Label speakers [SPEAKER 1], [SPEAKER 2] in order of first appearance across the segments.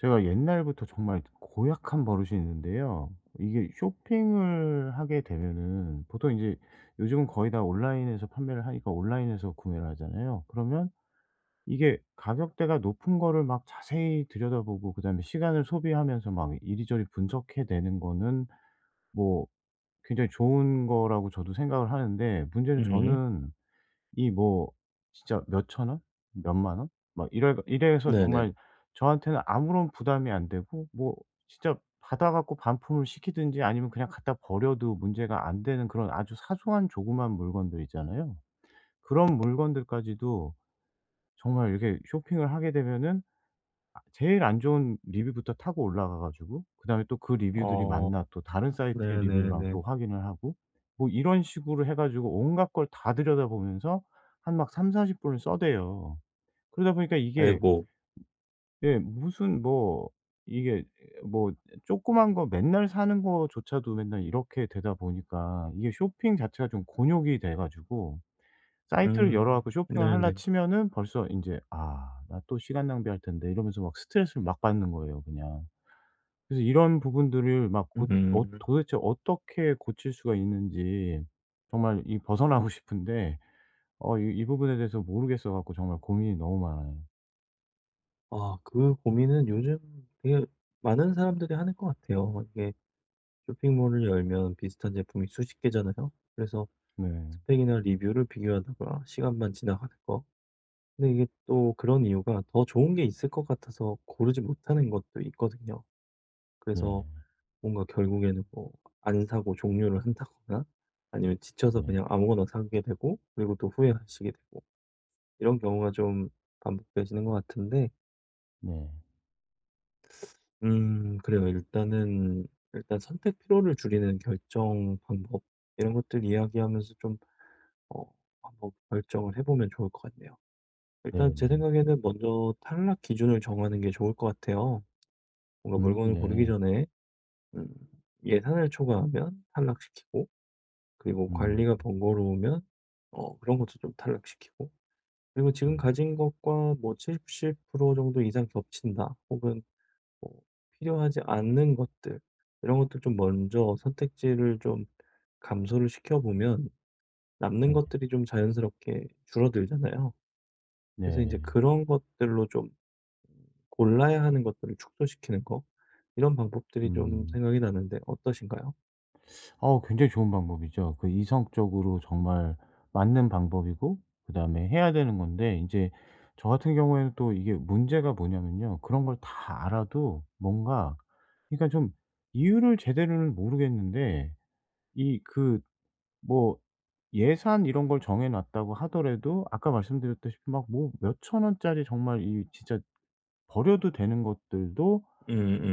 [SPEAKER 1] 제가 옛날부터 정말 고약한 버릇이 있는데요. 이게 쇼핑을 하게 되면은 보통 인제 요즘은 거의 다 온라인에서 판매를 하니까 온라인에서 구매를 하잖아요. 그러면 이게 가격대가 높은 거를 막 자세히 들여다보고 그다음에 시간을 소비하면서 막 이리저리 분석해 내는 거는 뭐 굉장히 좋은 거라고 저도 생각을 하는데, 문제는
[SPEAKER 2] 음.
[SPEAKER 1] 저는 이 뭐 진짜 몇천 원? 몇만 원? 막 이래서
[SPEAKER 2] 네네.
[SPEAKER 1] 정말 저한테는 아무런 부담이 안 되고, 뭐 진짜 받아 갖고 반품을 시키든지 아니면 그냥 갖다 버려도 문제가 안 되는 그런 아주 사소한 조그만 물건들 있잖아요. 그런 물건들까지도 정말 이렇게 쇼핑을 하게 되면은 아 제일 안 좋은 리뷰부터 타고 올라가 가지고, 그다음에 또 그 리뷰들이
[SPEAKER 2] 어.
[SPEAKER 1] 맞나 또 다른 사이트의 리뷰랑
[SPEAKER 2] 네네네.
[SPEAKER 1] 또 확인을 하고 뭐 이런 식으로 해 가지고 온갖 걸 다 들여다보면서 한 막 삼 사십 분을 써대요. 그러다 보니까 이게
[SPEAKER 2] 아이고.
[SPEAKER 1] 예 무슨 뭐 이게 뭐 조그만 거 맨날 사는 거조차도 맨날 이렇게 되다 보니까 이게 쇼핑 자체가 좀 곤욕이 돼 가지고, 사이트를 열어
[SPEAKER 2] 음.
[SPEAKER 1] 갖고 쇼핑을 하려
[SPEAKER 2] 네네.
[SPEAKER 1] 치면은 벌써 인제 '아 나 또 시간 낭비할 텐데.' 이러면서 막 스트레스를 막 받는 거예요 그냥. 그래서 이런 부분들을 막 고 어
[SPEAKER 2] 음.
[SPEAKER 1] 도대체 어떻게 고칠 수가 있는지 정말 이 벗어나고 싶은데, 이 부분에 대해서 모르겠어 갖고 정말 고민이 너무 많아요.
[SPEAKER 2] 아, 그 고민은 요즘 되게 많은 사람들이 하는 것 같아요. 이게 쇼핑몰을 열면 비슷한 제품이 수십 개잖아요. 그래서
[SPEAKER 1] 네.
[SPEAKER 2] 스펙이나 리뷰를 비교하다가 시간만 지나가는 거. 근데 이게 또 그런 이유가 더 좋은 게 있을 것 같아서 고르지 못하는 것도 있거든요.
[SPEAKER 1] 네.
[SPEAKER 2] 그래서 뭔가 결국에는 뭐 안 사고 종류를 한다거나 아니면 지쳐서
[SPEAKER 1] 네.
[SPEAKER 2] 그냥 아무거나 사게 되고 그리고 또 후회하시게 되고 이런 경우가 좀 반복되시는 것 같은데
[SPEAKER 1] 네.
[SPEAKER 2] 그래요. 일단 선택 피로를 줄이는 결정 방법 이런 것들 이야기하면서 좀 어 한번 결정을 해 보면 좋을 것 같네요. 일단 제
[SPEAKER 1] 네네.
[SPEAKER 2] 생각에는 먼저 탈락 기준을 정하는 게 좋을 것 같아요. 뭔가 물건을 고르기
[SPEAKER 1] 네.
[SPEAKER 2] 전에 음 예산을 초과하면 탈락시키고 그리고
[SPEAKER 1] 음.
[SPEAKER 2] 관리가 번거로우면 그런 것도 좀 탈락시키고 그리고 지금
[SPEAKER 1] 음
[SPEAKER 2] 가진 것과 뭐 70% 정도 이상 겹친다 혹은 뭐 필요하지 않는 것들 이런 것들 좀 먼저 선택지를 좀 감소를 시켜보면 남는
[SPEAKER 1] 네.
[SPEAKER 2] 것들이 좀 자연스럽게 줄어들잖아요. 그래서 이제
[SPEAKER 1] 네.
[SPEAKER 2] 그런 것들로 좀 골라야 하는 것들을 축소시키는 거 이런 방법들이 좀
[SPEAKER 1] 음.
[SPEAKER 2] 생각이 나는데 어떠신가요?
[SPEAKER 1] 어 굉장히 좋은 방법이죠. 그 이성적으로 정말 맞는 방법이고, 그다음에 해야 되는 건데 이제 저 같은 경우에는 또 이게 문제가 뭐냐면요. 그런 걸 다 알아도 뭔가, 그러니까 좀 이유를 제대로는 모르겠는데, 이 그 뭐 예산 이런 걸 정해 놨다고 하더라도 아까 말씀드렸다시피 막 뭐 몇천 원짜리 정말 이 진짜 버려도 되는 것들도,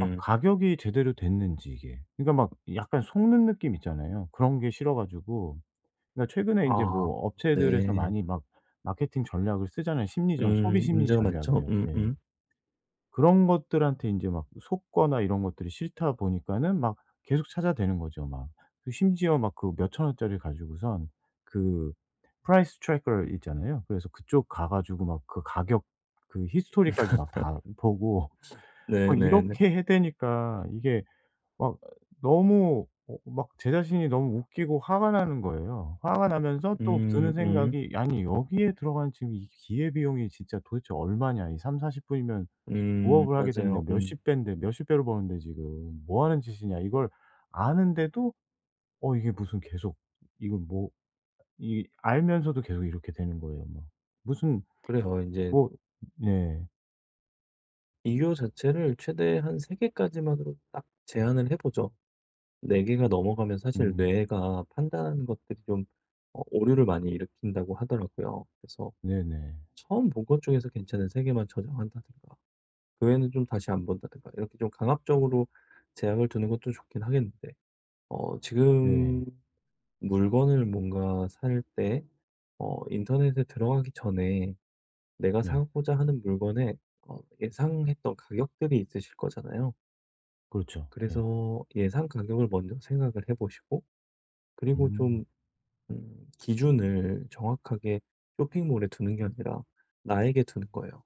[SPEAKER 1] 아 가격이 제대로 됐는지 이게. 그러니까 막 약간 속는 느낌 있잖아요. 그런 게 싫어 가지고, 그러니까 최근에 인제
[SPEAKER 2] 아,
[SPEAKER 1] 뭐 업체들에서
[SPEAKER 2] 네.
[SPEAKER 1] 많이 막 마케팅 전략을 쓰잖아요. 심리전, 소비
[SPEAKER 2] 음,
[SPEAKER 1] 심리
[SPEAKER 2] 문제가 많죠.
[SPEAKER 1] 전략이요. 예.
[SPEAKER 2] 음음.
[SPEAKER 1] 그런 것들한테 인제 막 속거나 이런 것들이 싫다 보니까는 막 계속 찾아대는 거죠 막. 그 심지어 막 그 몇천 원짜리 가지고선 그 price tracker 있잖아요. 그래서 그쪽 가 가지고 막 그 가격 그 히스토리까지 막 다 보고 막
[SPEAKER 2] 네네네.
[SPEAKER 1] 이렇게 해대니까 이게 막 너무 막 제 자신이 너무 웃기고 화가 나는 거예요. 화가 나면서 또
[SPEAKER 2] 음
[SPEAKER 1] 드는
[SPEAKER 2] 음.
[SPEAKER 1] 생각이 '아니 여기에 들어간 지금 이 기회비용이 진짜 도대체 얼마냐. 이 30-40 분이면
[SPEAKER 2] 음,
[SPEAKER 1] 부업을 하게 되면 내가
[SPEAKER 2] 맞아요. 음.
[SPEAKER 1] 몇십 배인데 몇십 배로 버는데 지금 뭐 하는 짓이냐.' 이걸 아는데도 이게 무슨 계속 이건 뭐 이 알면서도 계속 이렇게 되는 거예요 막. 무슨
[SPEAKER 2] 그래요. 이제
[SPEAKER 1] 뭐. 네.
[SPEAKER 2] 이유 자체를 최대한 3개 개까지만으로 딱 제한을 해 보죠. 4개 개가 넘어가면 사실
[SPEAKER 1] 음.
[SPEAKER 2] 뇌가 판단하는 것들이 좀 오류를 많이 일으킨다고 하더라고요. 그래서
[SPEAKER 1] 네네.
[SPEAKER 2] 처음 본 것 중에서 괜찮은 3개 개만 저장한다든가 그 외에는 좀 다시 안 본다든가 이렇게 좀 강압적으로 제약을 두는 것도 좋긴 하겠는데
[SPEAKER 1] 예.
[SPEAKER 2] 지금 물건을 뭔가 살 때 인터넷에 들어가기 전에 내가
[SPEAKER 1] 네.
[SPEAKER 2] 사고자 하는 물건에 예상했던 가격들이 있으실 거잖아요.
[SPEAKER 1] 그렇죠. 예.
[SPEAKER 2] 그래서 예상 가격을 먼저 생각을 해 보시고 그리고
[SPEAKER 1] 음.
[SPEAKER 2] 좀 기준을 정확하게 쇼핑몰에 두는 게 아니라 나에게 두는 거예요.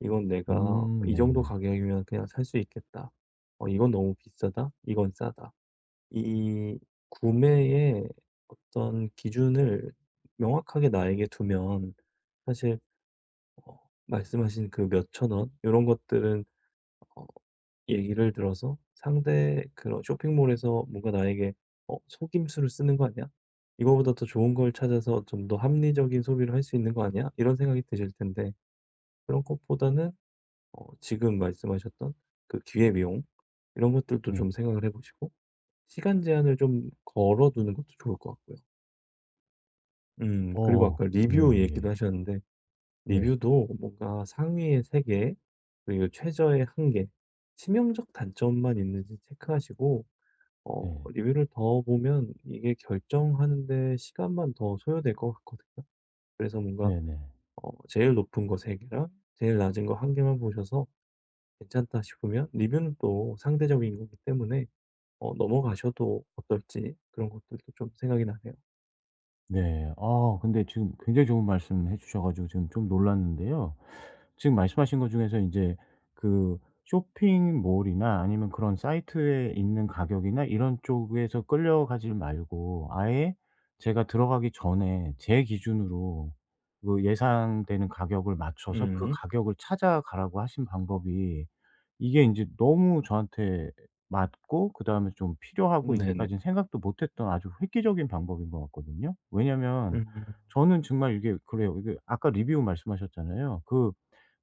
[SPEAKER 2] '이건 내가 이 정도
[SPEAKER 1] 네네.
[SPEAKER 2] 가격이면 그냥 살 수 있겠다. 이건 너무 비싸다. 이건 싸다.' 이 구매의 어떤 기준을 명확하게 나에게 두면 사실 어 말씀하신 그 몇천 원 이런 것들은 어 얘기를 들어서 상대 그런 쇼핑몰에서 뭔가 나에게 속임수를 쓰는 거 아니야? 이거보다 더 좋은 걸 찾아서 좀 더 합리적인 소비를 할 수 있는 거 아니야?' 이런 생각이 드실 텐데 그런 것보다는 지금 말씀하셨던 그 기회 비용 이런 것들도
[SPEAKER 1] 네.
[SPEAKER 2] 좀 생각을 해 보시고 시간 제한을 좀 걸어 두는 것도 좋을 것 같고요. 그리고
[SPEAKER 1] 어.
[SPEAKER 2] 아까 리뷰
[SPEAKER 1] 예예예.
[SPEAKER 2] 얘기도 하셨는데
[SPEAKER 1] 네.
[SPEAKER 2] 리뷰도 뭔가 상위의 3개, 그리고 최저의 1개, 치명적 단점만 있는지 체크하시고,
[SPEAKER 1] 네.
[SPEAKER 2] 리뷰를 더 보면 이게 결정하는데 시간만 더 소요될 것 같거든요. 그래서 뭔가,
[SPEAKER 1] 네네.
[SPEAKER 2] 제일 높은 거 3개랑 제일 낮은 거 1개만 보셔서 괜찮다 싶으면 리뷰는 또 상대적인 거기 때문에 넘어가셔도 어떨지 그런 것들도 좀 생각이 나네요.
[SPEAKER 1] 네. 아 근데 지금 굉장히 좋은 말씀 해 주셔 가지고 지금 좀 놀랐는데요. 지금 말씀하신 것 중에서 인제 그 쇼핑몰이나 아니면 그런 사이트에 있는 가격이나 이런 쪽에서 끌려가지 말고 아예 제가 들어가기 전에 제 기준으로 그 예상되는 가격을 맞춰서 그
[SPEAKER 2] 음,
[SPEAKER 1] 가격을 찾아가라고 하신 방법이, 이게 인제 너무 저한테 맞고 그다음에 좀 필요하고 이때까
[SPEAKER 2] 네네.
[SPEAKER 1] 지는 생각도 못 했던 아주 획기적인 방법인 것 같거든요. 왜냐면
[SPEAKER 2] 음,
[SPEAKER 1] 저는 정말 이게 그래요. 이게 아까 리뷰 말씀하셨잖아요. 그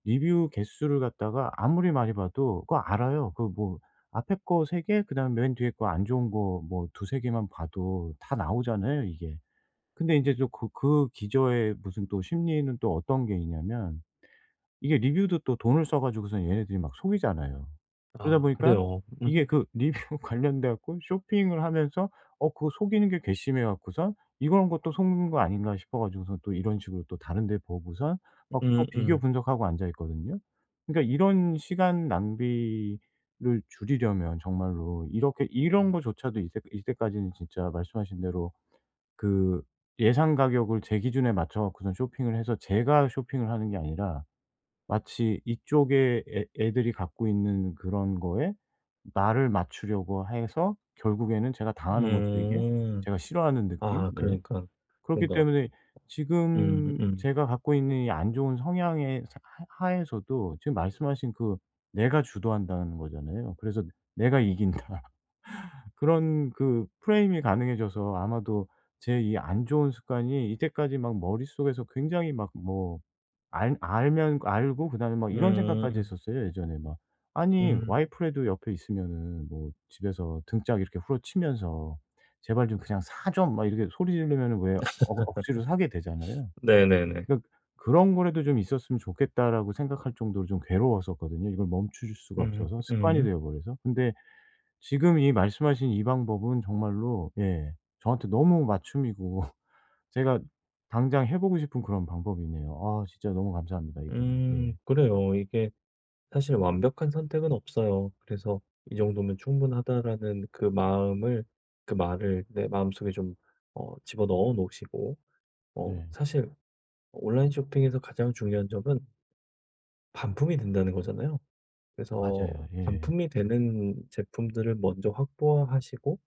[SPEAKER 1] 리뷰 개수를 갖다가 아무리 많이 봐도 그거 알아요. 그 뭐 앞에 거 3개, 그다음에 맨 뒤에 거 안 좋은 거 뭐 두세 개만 봐도 다 나오잖아요 이게. 근데 이제 또 그 기저에 무슨 또 심리는 또 어떤 게 있냐면, 이게 리뷰도 또 돈을 써 가지고선 얘네들이 막 속이잖아요. 그러다
[SPEAKER 2] 아,
[SPEAKER 1] 보니까
[SPEAKER 2] 그래요.
[SPEAKER 1] 이게 그 리뷰 관련돼 갖고 쇼핑을 하면서 그거 속이는 게 괘씸해 갖고선 '이런 것도 속는 거 아닌가?' 싶어 가지고선 또 이런 식으로 또 다른 데 보고선 막 또
[SPEAKER 2] 음,
[SPEAKER 1] 비교
[SPEAKER 2] 음.
[SPEAKER 1] 분석하고 앉아 있거든요. 그러니까 이런 시간 낭비를 줄이려면 정말로 이렇게 이런 거조차도 이때까지는 진짜 말씀하신 대로 그 예상 가격을 제 기준에 맞춰 갖고선 쇼핑을 해서 제가 쇼핑을 하는 게 아니라, 마치 이쪽에 애 애들이 갖고 있는 그런 거에 나를 맞추려고 해서 결국에는 제가 당하는 거죠 이게.
[SPEAKER 2] 음.
[SPEAKER 1] 제가 싫어하는 느낌.
[SPEAKER 2] 아,
[SPEAKER 1] 예.
[SPEAKER 2] 그러니까
[SPEAKER 1] 그렇기
[SPEAKER 2] 뭔가
[SPEAKER 1] 때문에
[SPEAKER 2] 음
[SPEAKER 1] 지금
[SPEAKER 2] 음.
[SPEAKER 1] 제가 갖고 있는 이 안 좋은 성향의 사 하 하에서도 지금 말씀하신 그 내가 주도한다는 거잖아요. 그래서 '내가 이긴다.' 그런 그 프레임이 가능해져서, 아마도 제 이 안 좋은 습관이 이때까지 막 머릿속에서 굉장히 막 뭐 알 알면 알고, 그다음에 막 이런 생각까지
[SPEAKER 2] 음.
[SPEAKER 1] 했었어요 예전에 막. 아니
[SPEAKER 2] 음.
[SPEAKER 1] 와이프라도 옆에 있으면은 뭐 집에서 등짝 이렇게 후려치면서 "제발 좀 그냥 사 좀." 막 이렇게 소리 지르면은 왜 억 억지로 사게 되잖아요.
[SPEAKER 2] 네네네.
[SPEAKER 1] 그러니까 '그런 거라도 좀 있었으면 좋겠다.'라고 생각할 정도로 좀 괴로웠었거든요, 이걸 멈출 수가
[SPEAKER 2] 음
[SPEAKER 1] 없어서 습관이
[SPEAKER 2] 음.
[SPEAKER 1] 되어 버려서. 근데 지금 이 말씀하신 이 방법은 정말로 예 저한테 너무 맞춤이고 제가 당장 해 보고 싶은 그런 방법이네요. 아 진짜 너무 감사합니다 이거는. 예.
[SPEAKER 2] 그래요. 이게 사실 완벽한 선택은 없어요. 그래서 '이 정도면 충분하다.'라는 그 마음을 그 말을 내 마음속에 좀 집어넣어 놓으시고
[SPEAKER 1] 네.
[SPEAKER 2] 사실 온라인 쇼핑에서 가장 중요한 점은 반품이 된다는 거잖아요. 그래서
[SPEAKER 1] 맞아요. 예.
[SPEAKER 2] 반품이 되는 제품들을 먼저 확보하시고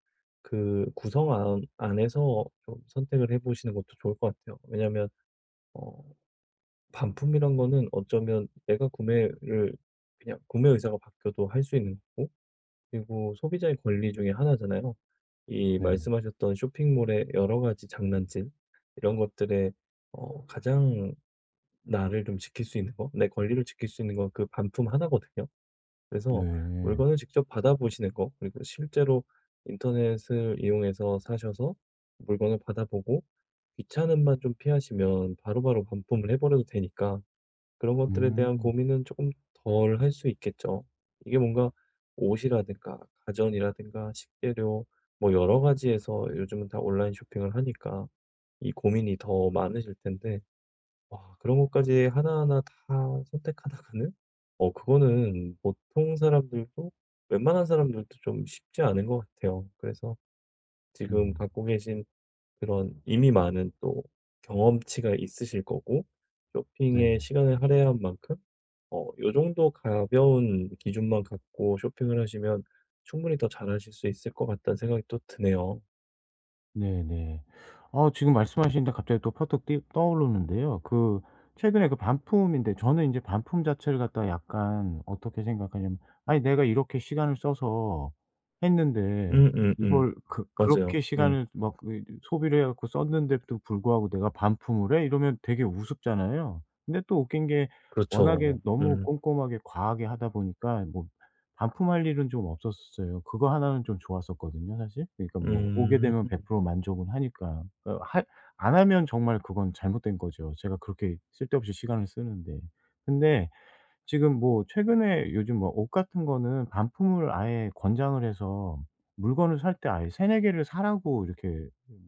[SPEAKER 2] 그 구성 안 안에서 좀 선택을 해 보시는 것도 좋을 것 같아요. 왜냐하면 어 반품이란 거는 어쩌면 내가 구매를 그냥 구매 의사가 바뀌어도 할 수 있는 거고 그리고 소비자의 권리 중에 하나잖아요. 이
[SPEAKER 1] 네.
[SPEAKER 2] 말씀하셨던 쇼핑몰의 여러 가지 장난질 이런 것들에 가장 나를 좀 지킬 수 있는 거, 내 권리를 지킬 수 있는 건 그 반품 하나거든요. 그래서
[SPEAKER 1] 네.
[SPEAKER 2] 물건을 직접 받아보시는 거, 그리고 실제로 인터넷을 이용해서 사셔서 물건을 받아보고 귀찮은만좀 피하시면 바로바로 반품을 해버려도 되니까 그런 것들에 대한
[SPEAKER 1] 음.
[SPEAKER 2] 고민은 조금 덜 할 수 있겠죠. 이게 뭔가 옷이라든가 가전이라든가 식재료 뭐 여러 가지에서 요즘은 다 온라인 쇼핑을 하니까 이 고민이 더 많으실 텐데 와, 그런 것까지 하나하나 다 선택하다가는 그거는 보통 사람들도 웬만한 사람들도 좀 쉽지 않은 것 같아요. 그래서 지금
[SPEAKER 1] 음.
[SPEAKER 2] 갖고 계신 그런 이미 많은 또 경험치가 있으실 거고 쇼핑에
[SPEAKER 1] 네.
[SPEAKER 2] 시간을 할애한 만큼 요 정도 가벼운 기준만 갖고 쇼핑을 하시면 충분히 더 잘하실 수 있을 것 같다는 생각이 또 드네요.
[SPEAKER 1] 네네. 아 지금 말씀하시는데 갑자기 또 퍼뜩 떠오르는데요. 그 최근에 그 반품인데, 저는 이제 반품 자체를 갖다가 약간 어떻게 생각하냐면 '아니 내가 이렇게 시간을 써서 했는데
[SPEAKER 2] 음음음.
[SPEAKER 1] 이걸 그
[SPEAKER 2] 맞아요.
[SPEAKER 1] 그렇게
[SPEAKER 2] 음.
[SPEAKER 1] 시간을 막 그 소비를 해 갖고 썼는데도 불구하고 내가 반품을 해?' 이러면 되게 우습잖아요. 근데 또 웃긴 게 워낙에
[SPEAKER 2] 그렇죠.
[SPEAKER 1] 너무
[SPEAKER 2] 음.
[SPEAKER 1] 꼼꼼하게 과하게 하다 보니까 뭐 반품할 일은 좀 없었었어요. 그거 하나는 좀 좋았었거든요 사실. 그러니까 뭐 오게
[SPEAKER 2] 음.
[SPEAKER 1] 되면 100% 만족은 하니까. 어, 할 안 하면 정말 그건 잘못된 거죠. 제가 그렇게 쓸데없이 시간을 쓰는데. 근데 지금 뭐 최근에 요즘 뭐 옷 같은 거는 반품을 아예 권장을 해서 물건을 살 때 아예 세네 개를 사라고 이렇게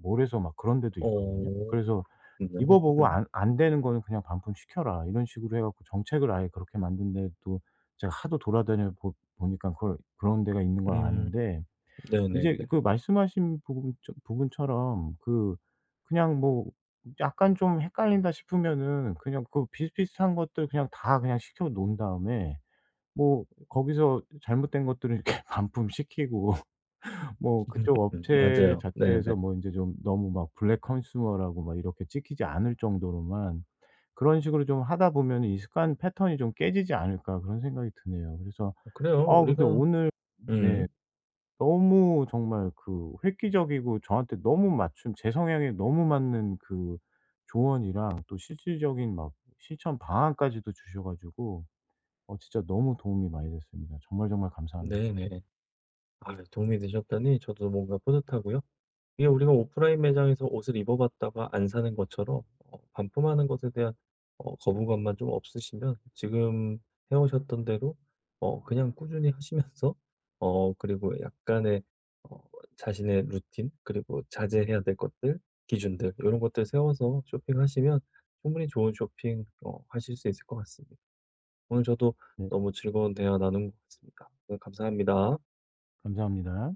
[SPEAKER 1] 몰에서 막 그런 데도
[SPEAKER 2] 어,
[SPEAKER 1] 있거든요. 그래서
[SPEAKER 2] 그렇군요.
[SPEAKER 1] 입어보고
[SPEAKER 2] 음.
[SPEAKER 1] 안 되는 거는 그냥 반품시켜라. 이런 식으로 해 갖고 정책을 아예 그렇게 만든 데도 제가 하도 돌아다녀 보 보니까 그걸 그런 데가 있는 걸
[SPEAKER 2] 음
[SPEAKER 1] 아는데,
[SPEAKER 2] 네네네.
[SPEAKER 1] 이제 그 말씀하신 부분 부분처럼 그 그냥 뭐 약간 좀 헷갈린다 싶으면은 그냥 그 비슷비슷한 것들 그냥 다 그냥 시켜 놓은 다음에 뭐 거기서 잘못된 것들은 이렇게 반품시키고 뭐 그쪽
[SPEAKER 2] 음,
[SPEAKER 1] 업체
[SPEAKER 2] 맞아요.
[SPEAKER 1] 자체에서
[SPEAKER 2] 네네.
[SPEAKER 1] 뭐 이제 좀 너무 막 블랙 컨슈머라고 막 이렇게 찍히지 않을 정도로만 그런 식으로 좀 하다 보면은 이 습관 패턴이 좀 깨지지 않을까 그런 생각이 드네요. 그래서
[SPEAKER 2] 어, 그래요.
[SPEAKER 1] 아 근데
[SPEAKER 2] 우리가
[SPEAKER 1] 오늘 네
[SPEAKER 2] 음
[SPEAKER 1] 너무 정말 그 획기적이고 저한테 너무 맞춤, 제 성향에 너무 맞는 그 조언이랑 또 실질적인 막 실천 방안까지도 주셔 가지고 진짜 너무 도움이 많이 됐습니다. 정말 정말 감사합니다.
[SPEAKER 2] 네네. 아, 네. 도움이 되셨다니 저도 뭔가 뿌듯하고요. 이게 우리가 오프라인 매장에서 옷을 입어봤다가 안 사는 것처럼 반품하는 것에 대한 거부감만 좀 없으시면 지금 해오셨던 대로 그냥 꾸준히 하시면서 그리고 약간의 어, 자신의 루틴 그리고 자제해야 될 것들 기준들 이런 것들 세워서 쇼핑하시면 충분히 좋은 쇼핑 하실 수 있을 것 같습니다. 오늘 저도
[SPEAKER 1] 네
[SPEAKER 2] 너무 즐거운 대화 나눈 것 같습니다. 오늘 감사합니다.
[SPEAKER 1] 감사합니다.